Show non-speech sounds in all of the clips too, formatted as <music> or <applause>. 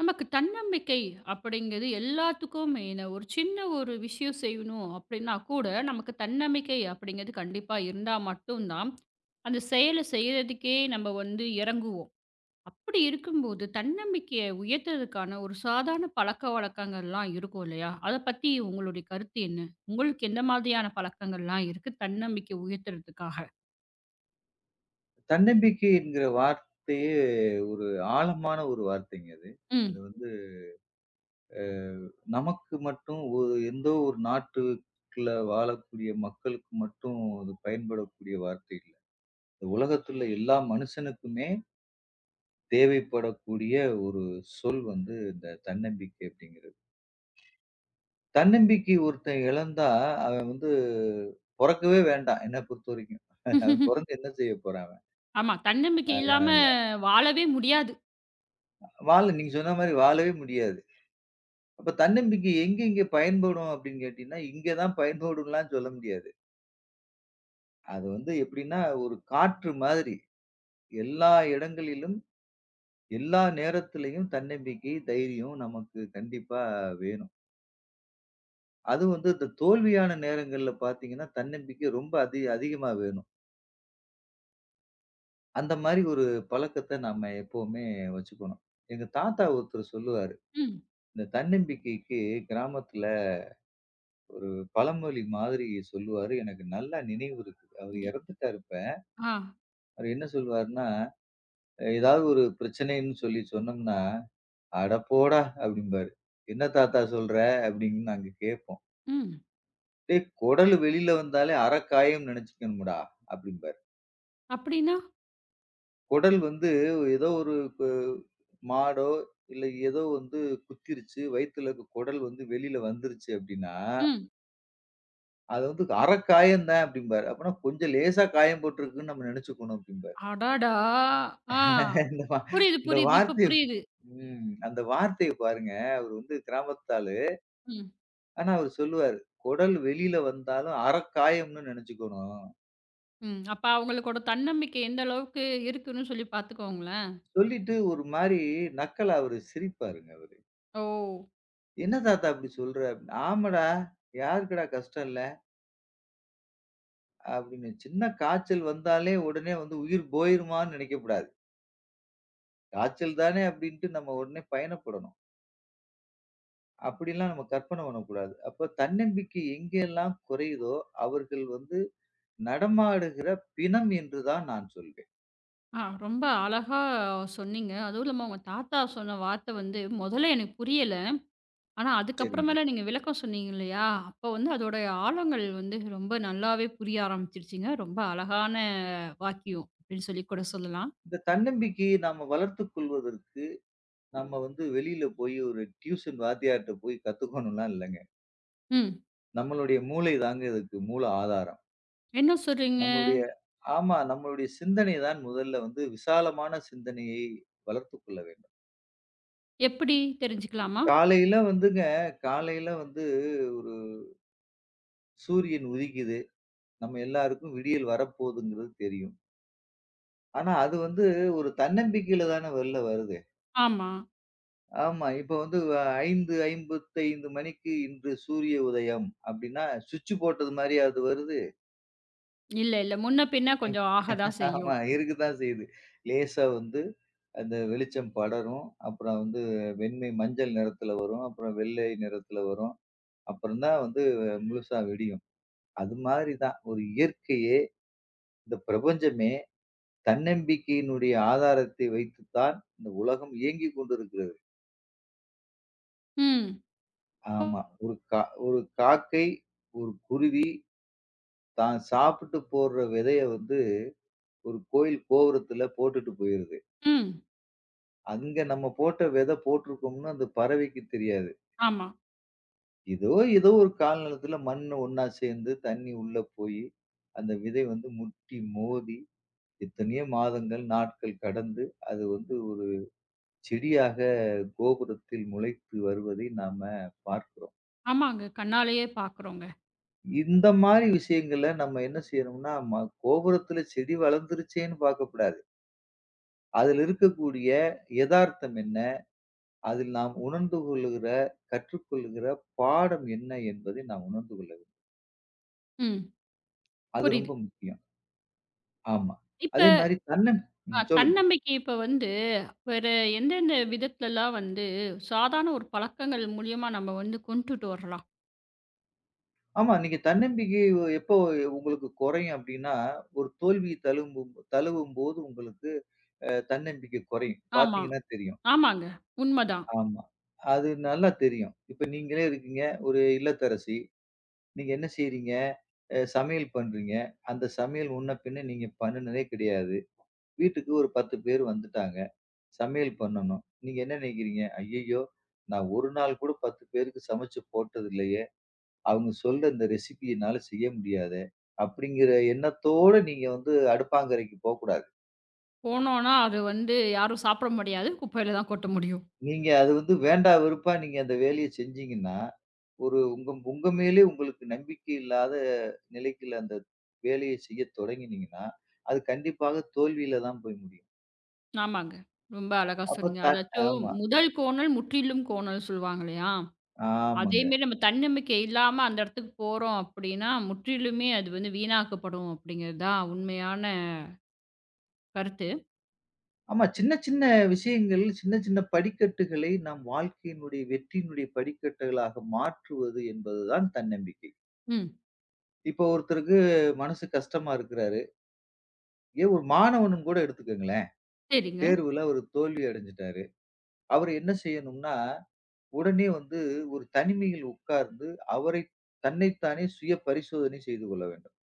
நமக்கு தன்னம்பிக்கை அப்படிங்கிறது எல்லாத்துக்கும் மெயினு. ஒரு சின்ன விஷயம் செய்யணும் அப்படின்னா கூட, நமக்கு தன்னம்பிக்கை அப்படிங்கிறது கண்டிப்பா இருந்தா மட்டும் தான், அந்த செயல செய்றதுக்கே நம்ம வந்து இறங்குவோம். அப்படி இருக்கும்போது, தன்னம்பிக்கைய உயர்த்துறதுக்கான ஒரு சாதாரண பழக்கவழக்கங்கள்லாம் இருக்கும் இல்லையா? அத பத்தி உங்களுடைய கருத்து என்ன? உங்களுக்கு எந்த மாதிரியான பழக்கங்கள்லாம் இருக்கு தன்னம்பிக்கை உயர்த்துறதுக்காக? தன்னம்பிக்கை என்கிற வார்த்தையே ஒரு ஆழமான ஒரு வார்த்தைங்க அது. அது ம். வந்து நமக்கு மட்டும் எந்த ஒரு நாட்டுக்குள்ள வாழக்கூடிய மக்களுக்கு மட்டும் அது பயன்படக்கூடிய வார்த்தை இல்ல. உலகத்துள்ள எல்லா மனுஷனுக்குமே தேவைப்படக்கூடிய ஒரு சொல் வந்து இந்த தன்னம்பிக்கை அப்படிங்கிறது. தன்னம்பிக்கை ஒருத்தன் இழந்தா, அவன் வந்து பொறக்கவே வேண்டாம். என்ன பொறுத்தவரைக்கும். அவன் பொறந்து <laughs> என்ன செய்ய போறான் அவன்? ஆமா. தன்னம்பிக்கை இல்லாம வாழவே முடியாது. வாழ நீங்க சொன்ன மாரி வாழவே முடியாது. அப்ப தன்னம்பிக்கை எங்கெங்கே பயன்படும் அப்படின்னு கேட்டீங்கன்னா, இங்க தான் பயன்படும்லாம் சொல்ல முடியாது. அது வந்து எப்படின்னா, ஒரு காற்று மாதிரி. எல்லா இடங்களிலும், எல்லா நேரத்திலயும் தன்னம்பிக்கை, தைரியம் நமக்கு கண்டிப்பா வேணும். அதுவும் வந்து இந்த தோல்வியான நேரங்கள்ல பார்த்தீங்கன்னா, தன்னம்பிக்கை ரொம்ப அதிகமா வேணும். அந்த மாரி ஒரு பழக்கத்த நாம எப்பவுமே வச்சுக்கணும். எங்க தாத்தா ஒருத்தர் சொல்லுவாரு. ம். இந்த தன்னம்பிக்கைக்கு கிராமத்துல பழமொழி மாதிரி சொல்லுவாரு. எனக்கு நல்லா நினைவு இருக்கு. அவர் இ இறந்துட்டாரு இப்ப. ஆ. அவரு என்ன சொல்லுவாருன்னா, ஏதாவது ஒரு பிரச்சனைன்னு சொல்லி சொன்னோம்னா, "அட போடா!" அப்படிம்பாரு. "என்ன தாத்தா சொல்ற?" அப்படின்னு நாங்க கேட்போம். ம். "டேய் குடல் வெளியில வந்தாலே அறக்காயம்ன்னு நெனச்சுக்கணும்டா" அப்படிம்பாரு. அப்படின்னா? குடல் வந்து ஏதோ ஒரு கு மாடோ, இல்ல ஏதோ வந்து குத்திருச்சு, வயித்துல இருக்க குடல் வந்து வெளியில வந்துருச்சு அப்படின்னா, ம். அது வந்து "அறக்காயம் தான்" அப்படிம்பாரு. அப்பன்னா கொஞ்சம் லேசா காயம் போட்டிருக்குன்னு நம்ம நெனச்சுக்கணும் அப்படிம்பாரு. அடடா! ஆ. <laughs> இந்த வா புரியுது, இந்த புரியுது. இப்ப வார்த்தைய புரியுது. அந்த வார்த்தைய பாருங்க. அவரு வந்து கிராமத்து ஆளு. ம், ஆனா அவரு சொல்லுவாரு, "குடல் வெளியில வந்தாலும் அறக்காயம்னு நெனச்சுக்கணும்." ம். அப்ப அவங்களுக்கோட தன்னம்பிக்கை எந்த அளவுக்கு இருக்குன்னு சொல்லி பார்த்துக்கோங்களேன். சொல்லிட்டு ஒரு மாரி நக்கலா அவரு சிரிப்பாருங்க அவரு. ஓ! "என்ன தாத்தா அப்படி சொல்ற?" அப்டின்னு. "ஆமாடா, யாருக்குடா கஷ்டம் இல்ல?" அப்படின்னு. சின்ன காய்ச்சல் வந்தாலே உடனே வந்து உயிர் போயிருமான்னு நெனைக்கக்கூடாது. காய்ச்சல் தானே அப்படின்ட்டு நம்ம உடனே பயணப்படணும். அப்படிலாம் நம்ம கற்பனை பண்ணக்கூடாது. அப்ப தன்னம்பிக்கை எங்கெல்லாம் குறையுதோ, அவர்கள் வந்து நடமாடுகிற பிணம் என்று தான் நான் சொல்வேன். ஆ, ரொம்ப அழகா சொன்னீங்க. அதுவும் இல்லாம உங்க தாத்தா சொன்ன வார்த்தை வந்து முதல்ல எனக்கு புரியல. ஆனா சரிங்க. அதுக்கப்புறமேல நீங்க விளக்கம் சொன்னீங்க இல்லையா? அப்ப வந்து அதோடைய ஆழங்கள் வந்து ரொம்ப நல்லாவே புரிய ஆரம்பிச்சிருச்சுங்க. ரொம்ப அழகான வாக்கியம் அப்படின்னு சொல்லி கூட சொல்லலாம். இந்த தன்னம்பிக்கையை நாம வளர்த்துக் கொள்வதற்கு நம்ம வந்து வெளியில போய் ஒரு டியூஷன் வாத்தியார்ட்ட போய் கத்துக்கணும்லாம் இல்லைங்க. ம். நம்மளுடைய மூளை தாங்க இதுக்கு மூல ஆதாரம். என்ன சொல்றீங்க? நம்மளுடைய ஆமா. நம்மளுடைய சிந்தனை தான் முதல்ல வந்து விசாலமான சிந்தனையை வளர்த்துக் கொள்ள வேண்டும். எப்படி தெரிஞ்சுக்கலாமா? காலையில வந்துங்க காலையில வந்து ஒரு சூரியன் உதிக்குது. நம்ம எல்லாருக்கும் விடியல் வரப்போகுதுங்கிறது தெரியும். ஆனா அது வந்து ஒரு தன்னம்பிக்கையில தானே வெளில வருது. ஆமா. ஆமா. இப்ப வந்து 5:55 மணிக்கு இன்று சூரிய உதயம் அப்படின்னா, சுவிட்ச் போட்டது மாரியா அது வருது? இல்ல, இல்ல. முன்ன பின்ன கொஞ்சம் ஆக தான் ஆமா, செய்யும். இருக்கத்தான் செய்யுது. லேசா வந்து அந்த வெளிச்சம் படரும். அப்புறம் வந்து வெண்மை மஞ்சள் நிறத்துல வரும். அப்புறம் வெள்ளை நிறத்துல வரும். அப்புறம் தான் வந்து முழுசா வெடியும். அது மாதிரி தான் ஒரு இயற்கையே, இந்த பிரபஞ்சமே தன்னம்பிக்கையினுடைய ஆதாரத்தை வைத்துத்தான் இந்த உலகம் இயங்கிக் கொண்டிருக்கிறது. ம். ஆமா. ஒரு கா ஒரு காக்கை, ஒரு குருவி தான் சாப்பிட்டு போடுற விதைய வந்து ஒரு கோயில் கோபுரத்துல போட்டுட்டு போயிருது. ம். அங்க நம்ம போட்ட விதை போட்டிருக்கோம்னு அந்த பறவைக்கு தெரியாது. ஆமா. ஏதோ ஏதோ ஒரு காலநிலத்துல மண்ணு ஒண்ணா சேர்ந்து, தண்ணி உள்ள போயி, அந்த விதை வந்து முட்டி மோதி, எத்தனையோ மாதங்கள், நாட்கள் கடந்து, அது வந்து ஒரு செடியாக கோபுரத்தில் முளைத்து வருவதை நாம பார்க்கிறோம். ஆமாங்க. கண்ணாலேயே பார்க்குறோங்க. இந்த மாரி விஷயங்கள நம்ம என்ன செய்யணும்னா, கோபுரத்துல செடி வளர்ந்துருச்சேன்னு பார்க்கக்கூடாது. அதுல இருக்கக்கூடிய எதார்த்தம் என்ன? அதில் நாம் உணர்ந்து கொள்ளுகிற, கற்றுக்கொள்ளுகிற பாடம் என்ன என்பதை நாம் உணர்ந்து கொள்ள வேண்டும். ம். அது ரொம்ப புரியுது. முக்கியம். ஆமா. இப்ப அதே மாரி தன்னம் ம் சொல்லுங்க. தன்னம்பிக்கை இப்ப வந்து வேற எந்தெந்த விதத்துலலாம் வந்து சாதாரண ஒரு பழக்கங்கள் மூலியமா நம்ம வந்து கொண்டுட்டு வரலாம்? ஆமா, நீங்க தன்னம்பிக்கை எப்போ உங்களுக்கு குறையும் அப்படின்னா, ஒரு தோல்வி தழுவும்போது உங்களுக்கு தன்னம்பிக்கை குறையும். ஆமா. பார்த்தீங்கன்னா தெரியும். ஆமாங்க. உண்மதான். ஆமா. அது நல்லா தெரியும். இப்ப நீங்களே இருக்கீங்க, ஒரு இல்லத்தரசி. நீங்க என்ன செய்றீங்க? சமையல் பண்றீங்க. அந்த சமையல் முன்ன பின்ன நீங்க பண்ணுனதே கிடையாது. வீட்டுக்கு ஒரு 10 பேர் வந்துட்டாங்க. சமையல் பண்ணணும். நீங்க என்ன நினைக்கிறீங்க? ஐய்யய்யோ! நான் ஒரு நாள் கூட 10 பேருக்கு சமைச்சு போட்டது இல்லையே! அவங்க சொல்ற இந்த ரெசிபி என்னால செய்ய முடியாதே! அப்படிங்கிற எண்ணத்தோட நீங்க வந்து அடுப்பாங்கரைக்கு போக்கூடாது. போனோனா அது வந்து யாரும் சாப்பிட முடியாது. குப்பையில தான் கொட்ட முடியும். நீங்க அது வந்து வேண்டா வெறுப்பா நீங்க அந்த வேலைய செஞ்சீங்கன்னா, ஒரு உங்க உங்க மேலே உங்களுக்கு நம்பிக்கை இல்லாத நிலைக்குள்ள அந்த வேலைய செய்ய தொடங்கினீங்கன்னா, அது கண்டிப்பாக தோல்வியில தான் போய் முடியும். ஆமாங்க. ரொம்ப அழகா அப்ப சொன்னீங்க. தட் அதாச்சும் ஆமா. முதல் கோணல் முற்றிலும் கோணல் சொல்லுவாங்க இல்லையா? ஆமாங்க. அதேமாரி நம்ம தன்னம்பிக்கை இல்லாம அந்த இடத்துக்கு போறோம் அப்டின்னா, முற்றிலுமே அது வந்து வீணாக்கப்படும் அப்டிங்கிறது தான் உண்மையான கருத்து. சின்ன சின்ன விஷயங்கள், சின்ன சின்ன படிக்கட்டுகளை நம் வாழ்க்கையினுடைய வெற்றியினுடைய படிக்கட்டுகளாக மாற்றுவது என்பதுதான் தன்னம்பிக்கை. ம். இப்போ ஒருத்தருக்கு மனசு கஷ்டமா இருக்கிறாரு. ஏன் ஒரு மாணவனுன்னு கூட எடுத்துக்கங்களேன். சரிங்க. தேர்வுல அவரு தோல்வி அடைஞ்சுட்டாரு. அவரு என்ன செய்யணும்னா, உடனே வந்து ஒரு தனிமையில் உட்கார்ந்து அவரை தன்னைத்தானே சுய பரிசோதனை செய்து கொள்ள வேண்டும்.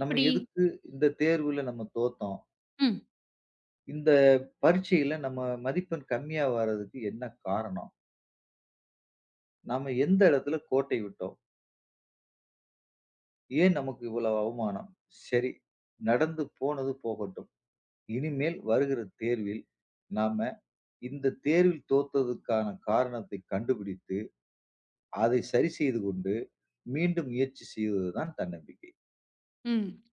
நம்ம எதுக்கு இந்த தேர்வுல நம்ம தோத்தோம்? ம், இந்த பரீட்சையில நம்ம மதிப்பெண் கம்மியா வர்றதுக்கு என்ன காரணம்? நம்ம எந்த இடத்துல கோட்டை விட்டோம்? ஏன் நமக்கு இவ்வளவு அவமானம்? சரி, நடந்து போனது போகட்டும். இனிமேல் வருகிற தேர்வில் நாம இந்த தேர்வில் தோத்ததுக்கான காரணத்தை கண்டுபிடித்து, அதை சரி செய்து கொண்டு மீண்டும் முயற்சி செய்வதுதான் தன்னம்பிக்கை. ம்.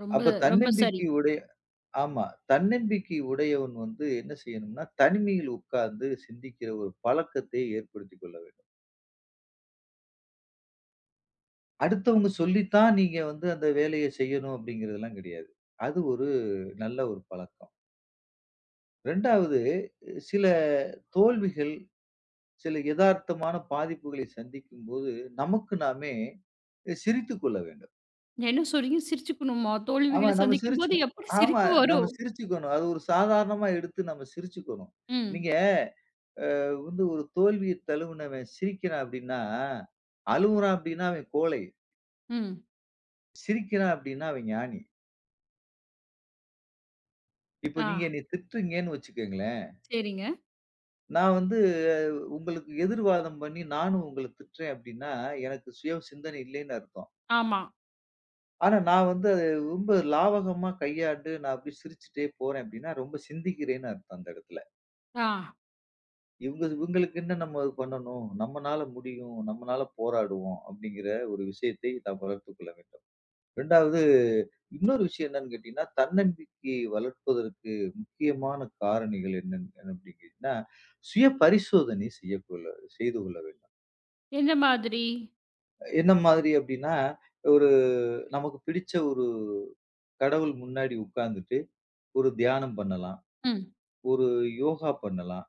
ரொம்ப அப்ப ரொம்ப சரி. தன்னம்பிக்கை உடைய ஆமா. தன்னம்பிக்கை உடையவன் வந்து என்ன செய்யணும்னா, தனிமையில் உட்கார்ந்து சிந்திக்கிற ஒரு பழக்கத்தை ஏற்படுத்திக் கொள்ள வேண்டும். அடுத்தவங்க சொல்லித்தான் நீங்க வந்து அந்த வேலைய செய்யணும் அப்படிங்கிறதெல்லாம் கிடையாது. அது நல்ல ஒரு பழக்கம். 2வது சில தோல்விகள், சில எதார்த்தமான பாதிப்புகளை சந்திக்கும்போது, நமக்கு நாமே சிரித்துக் கொள்ள வேண்டும். என்ன சொல்றீங்க? சிரிச்சுக்கணுமா? ஆமா தோல்விகள நம்ம சந்திக்கும்போது சிரிச்சுக்கணும். எப்படி ஆமா சிரிப்பு நம்ம வரும்? சிரிச்சுக்கணும். அது ஒரு சாதாரணமா எடுத்து நம்ம சிரிச்சுக்கணும். ம், நீங்க வந்து ஒரு தோல்விய தழுவுனவன் சிரிக்கிறான் அப்படின்னா, அழுவுறான் அப்படின்னா அவன் கோழை. ம். சிரிக்கிறான் அப்படின்னா அவன் ஞானி. இப்ப ஆ, நீங்க என்னைய திட்டுறீங்கன்னு வச்சுக்கங்களேன். சரிங்க. நான் வந்து உங்களுக்கு எதிர்வாதம் பண்ணி நானும் உங்கள திட்டுறேன் அப்டின்னா, எனக்கு சுய சிந்தனை இல்லைன்னு அர்த்தம். ஆமா. ஆனா நான் வந்து அத ரொம்ப லாவகமா கையாண்டு, நான் அப்டி சிரிச்சுட்டே போறேன் அப்டின்னா, ரொம்ப சிந்திக்கிறேன்னு அர்த்தம் அந்த இடத்துல. ஆ. இவங்களுக்கு என்ன நம்ம இது பண்ணணும்? நம்மனால முடியும், நம்மனால போராடுவோம் அப்டிங்கிற ஒரு விஷயத்தை நாம் வளர்த்துக் கொள்ள வேண்டும். 2வது இன்னொரு விஷயம் என்னன்னு கேட்டீங்கன்னா, தன்னம்பிக்கையை வளர்ப்பதற்கு முக்கியமான காரணிகள் என்னன்னு அப்டின்னு கேட்டீங்கன்னா, சுய பரிசோதனை செய்ய கொள்ள செய்து கொள்ள வேண்டும். எந்த மாதிரி? என்ன மாதிரி அப்டின்னா, ஒரு நமக்கு பிடிச்ச ஒரு கடவுள் முன்னாடி உட்கார்ந்துட்டு, ஒரு தியானம் பண்ணலாம். ம். ஒரு யோகா பண்ணலாம்.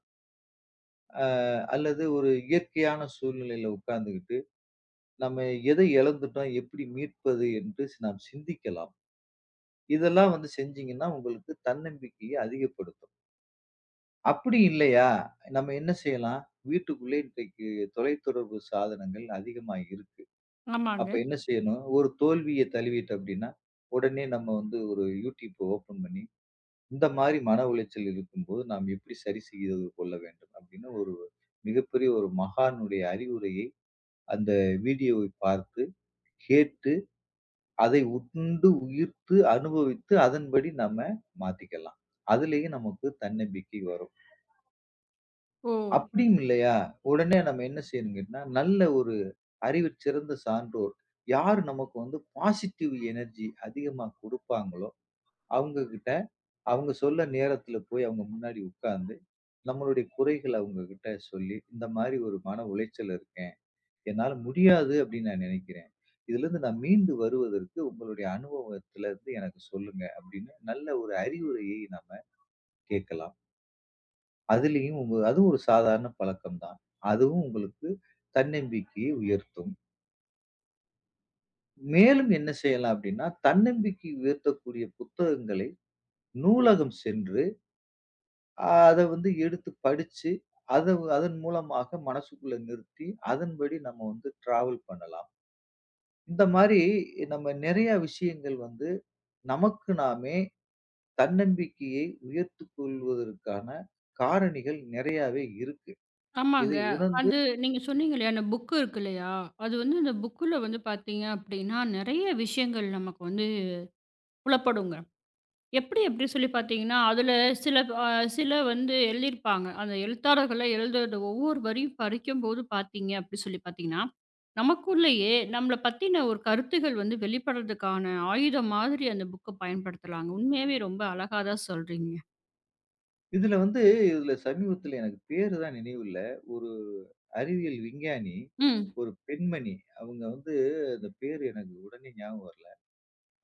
அ அல்லது ஒரு இயற்கையான சூழ்நிலையில உட்கார்ந்துகிட்டு, நம்ம எதை இழந்துட்டோம்? எப்படி மீட்பது? என்று நாம் சிந்திக்கலாம். இதெல்லாம் வந்து செஞ்சீங்கன்னா, உங்களுக்கு தன்னம்பிக்கைய அதிகப்படுத்தும். அப்படி இல்லையா, நம்ம என்ன செய்யலாம்? வீட்டுக்குள்ளே இன்றைக்கு தொலைத்தொடர்பு சாதனங்கள் அதிகமா இருக்கு. அப்ப ஆமாங்க. என்ன செய்யணும்? ஒரு தோல்விய தழுவிட்டு அப்டின்னா, உடனே நம்ம வந்து ஒரு யூடியூப் ஓப்பன் பண்ணி, இந்த மாரி மன உளைச்சல் இருக்கும்போது நாம் எப்படி சரி செய்து கொள்ள வேண்டும்? அப்படின்னு மிகப்பெரிய ஒரு மகானுடைய அறிவுரையை அந்த வீடியோவை பார்த்து, கேட்டு, அதை உண்டு உயிர்த்து அனுபவித்து அதன்படி நம்ம மாத்திக்கலாம். அதுலயும் நமக்கு தன்னம்பிக்கை வரும். ஓ! அப்படியும் இல்லையா? உடனே நம்ம என்ன செய்யணும் கேட்டீங்கன்னா, நல்ல ஒரு அறிவு சிறந்த சான்றோர், யார் நமக்கு வந்து பாசிட்டிவ் எனர்ஜி அதிகமா குடுப்பாங்களோ, அவங்க கிட்ட அவங்க சொல்ல நேரத்துல போய் அவங்க முன்னாடி உட்கார்ந்து, நம்மளுடைய குறைகள அவங்க கிட்ட சொல்லி, "இந்த மாரி ஒரு மன உளைச்சல்ல இருக்கேன். என்னால முடியாது அப்படின்னு நான் நினைக்கிறேன். இதிலிருந்து நான் மீண்டு வருவதற்கு உங்களுடைய அனுபவத்திலிருந்து எனக்கு சொல்லுங்க." அப்படின்னு நல்ல ஒரு அறிவுரையை நம்ம கேட்கலாம். அதுலயும் உங்க அது ஒரு சாதாரண பழக்கம் தான். அதுவும் உங்களுக்கு தன்னம்பிக்கையை உயர்த்தும். மேலும் என்ன செய்யலாம் அப்படின்னா, தன்னம்பிக்கை உயர்த்தக்கூடிய புத்தகங்களை நூலகம் சென்று, அத வந்து எடுத்து படிச்சு, அத அதன் மூலமாக மனசுக்குள்ள நிறுத்தி, அதன்படி நம்ம வந்து டிராவல் பண்ணலாம். இந்த மாரி நம்ம நெறைய விஷயங்கள் வந்து நமக்கு நாமே தன்னம்பிக்கையை உயர்த்திக் கொள்வதற்கான காரணிகள் நெறையாவே இருக்கு. ஆமாங்க. இதை உணர்ந்து அது நீங்க சொன்னீங்க இல்லையா? அந்த புக் இருக்கு இல்லையா? அது வந்து அந்த புக்குல வந்து பார்த்தீங்க அப்டின்னா, நெறைய விஷயங்கள் நமக்கு வந்து புலப்படுங்க. எப்படி எப்படி சொல்லி பார்த்தீங்கன்னா, அதில சில அ சில வந்து எழுதியிருப்பாங்க. அந்த எழுத்தாளர்கள்லாம் எழுதுறது ஒவ்வொரு வரியும் படிக்கும்போது பார்த்தீங்க அப்படி சொல்லி பார்த்தீங்கன்னா, நமக்குள்ளேயே நம்மள பத்தின ஒரு கருத்துகள் வந்து வெளிப்படுறதுக்கான ஆயுதம் மாதிரி அந்த புக்க பயன்படுத்தலாங்க. உண்மையாவே ரொம்ப அழகா தான் சொல்றீங்க. இதுல வந்து இதுல சமீபத்துல எனக்கு பேரு தான் நினைவில்ல. ஒரு அறிவியல் விஞ்ஞானி, ம், ஒரு பெண்மணி, அவங்க வந்து அந்த பேரு எனக்கு உடனே ஞாபகம் வரல.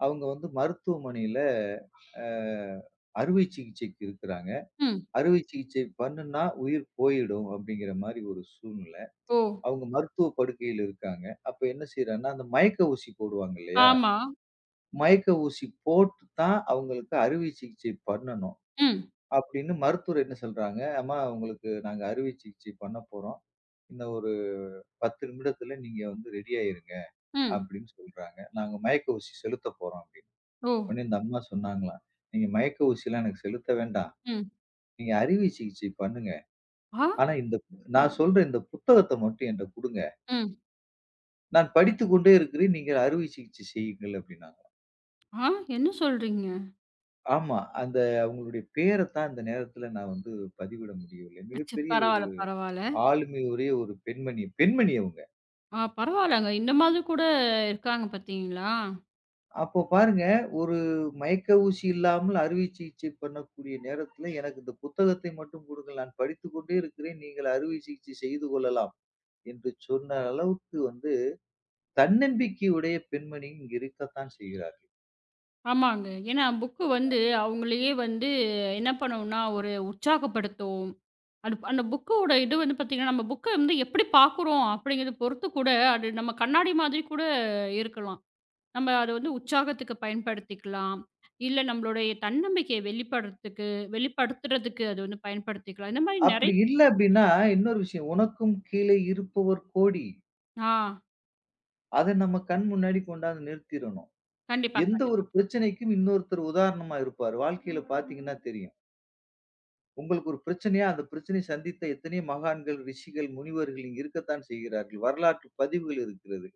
அவங்க வந்து மருத்துவமனையில அ அறுவை சிகிச்சைக்கு இருக்கிறாங்க. ம். அறுவை சிகிச்சை பண்ணுனா உயிர் போயிடும் அப்படிங்கிற மாரி ஒரு சூழ்நிலை. ஓ! அவங்க மருத்துவ படுக்கையில இருக்காங்க. அப்ப என்ன செய்றாங்கன்னா, அந்த மயக்க ஊசி போடுவாங்க இல்லையா? ஆமா. மயக்க ஊசி போட்டு தான் அவங்களுக்கு அறுவை சிகிச்சை பண்ணணும். ம், அப்படின்னு மருத்துவர் என்ன சொல்றாங்க, "அம்மா உங்களுக்கு நாங்க அறுவை சிகிச்சை பண்ண போறோம். ஒரு 10 நிமிடத்துல நீங்க வந்து ரெடி ஆயிருங்க" ம். அப்படின்னு சொல்றாங்க. "நாங்க மயக்க ஊசி செலுத்தப் போறோம்" அப்படின்னு. ஓ! உடனே இந்த அம்மா சொன்னாங்களாம், "நீங்க மயக்க ஊசிலாம் எனக்கு செலுத்த வேண்டாம். ம். நீங்க அறுவை சிகிச்சை பண்ணுங்க. ஆ! ஆனா இந்த நான் சொல்ற இந்த புத்தகத்த மட்டும் என்ட்ட குடுங்க. ம். நான் படித்துக் கொண்டே இருக்கிறேன். நீங்க அறுவை சிகிச்சை செய்யுங்கள்" அப்படின்னாங்க. ஆ! என்ன சொல்றீங்க? ஆமா, அந்த அவங்களுடைய பேரத் தான் இந்த நேரத்துல நான் வந்து பதிவிட முடியவில்லை. அச்ச மிகப்பெரிய ஒரு பரவால்ல, பரவால்ல. ஆளுமை உடைய ஒரு பெண்மணி பெண்மணி அவங்க. ஆ, பரவால்லங்க. இந்த மாதிரி கூட இருக்காங்க பார்த்தீங்களா? அப்போ பாருங்க, ஒரு மயக்க ஊசி இல்லாமல் அறுவை சிகிச்சை பண்ணக்கூடிய நேரத்தில, எனக்கு இந்த புத்தகத்தை மட்டும் கொடுங்கள். நான் படித்துக் கொண்டே இருக்கிறேன். நீங்கள் அறுவை சிகிச்சை செய்து கொள்ளலாம். என்று சொன்ன அளவுக்கு வந்து தன்னம்பிக்கை உடைய பெண்மணி இங்கு இருக்கத்தான் செய்கிறார்கள். ஆமாங்க. ஏன்னா புக்கு வந்து அவங்களையே வந்து என்ன பண்ணும்னா, ஒரு உற்சாகப்படுத்தும். அது அந்த புக்கோட இது வந்து பார்த்தீங்கன்னா, நம்ம புக்க வந்து எப்படி பார்க்குறோம் அப்படிங்கிறத பொறுத்து கூட, அது நம்ம கண்ணாடி மாதிரி கூட இருக்கலாம். நம்ம அத வந்து உற்சாகத்துக்கு பயன்படுத்திக்கலாம். இல்ல நம்மளுடைய தன்னம்பிக்கையை வெளிப்படுத்துறதுக்கு அது வந்து பயன்படுத்திக்கலாம். இந்த மாரி நெறைய அப்படி இல்ல அப்படின்னா, இன்னொரு விஷயம். உனக்கும் கீழே இருப்பவர் கோடி. ஆ, அத நம்ம கண் முன்னாடி கொண்டாந்து நிறுத்திறணும். கண்டிப்பா, எந்த கண்டிப்பா. ஒரு பிரச்சனைக்கும் இன்னொருத்தர் உதாரணமா இருப்பார். வாழ்க்கையில பார்த்தீங்கன்னா தெரியும். உங்களுக்கு ஒரு பிரச்சனையா, அந்த பிரச்சனையை சந்தித்த எத்தனையோ மகான்கள், ரிஷிகள், முனிவர்கள் இங்கு இருக்கத்தான் செய்கிறார்கள். வரலாற்று பதிவுகள் இருக்கிறது.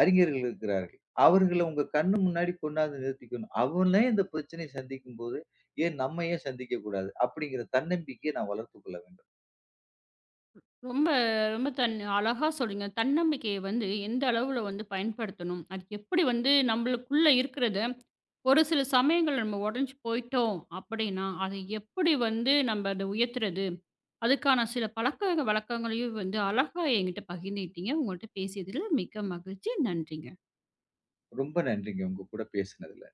அறிஞர்கள் இருக்கிறார்கள். அவர்கள உங்க கண்ணு முன்னாடி கொண்டாந்து நிறுத்திக்கணும். அவனே இந்த பிரச்சனையை சந்திக்கும்போது, ஏன் சந்திக்கக்கூடாது? அப்படிங்கிற தன்னம்பிக்கையை நான் வளர்த்துக் கொள்ள வேண்டும். ரொம்ப ரொம்ப அழகா சொன்னீங்க. தன்னம்பிக்கையை வந்து எந்த அளவுல வந்து பயன்படுத்தணும்? அது எப்படி வந்து நம்மளுக்குள்ள இருக்கிறது? ஒரு சில சமயங்கள் நம்ம உடைஞ்சு போயிட்டோம் அப்படின்னா, அதை எப்படி வந்து நம்ம அத உயர்த்துறது? அதுக்கான சில பழக்க வழக்கங்களையும் வந்து அழகா என்கிட்ட பகிர்ந்துகிட்டீங்க. உங்கள்ட்ட பேசியதில மிக்க மகிழ்ச்சி. நன்றி. ரொம்ப நன்றிங்க. உங்க கூட பேசினதுல.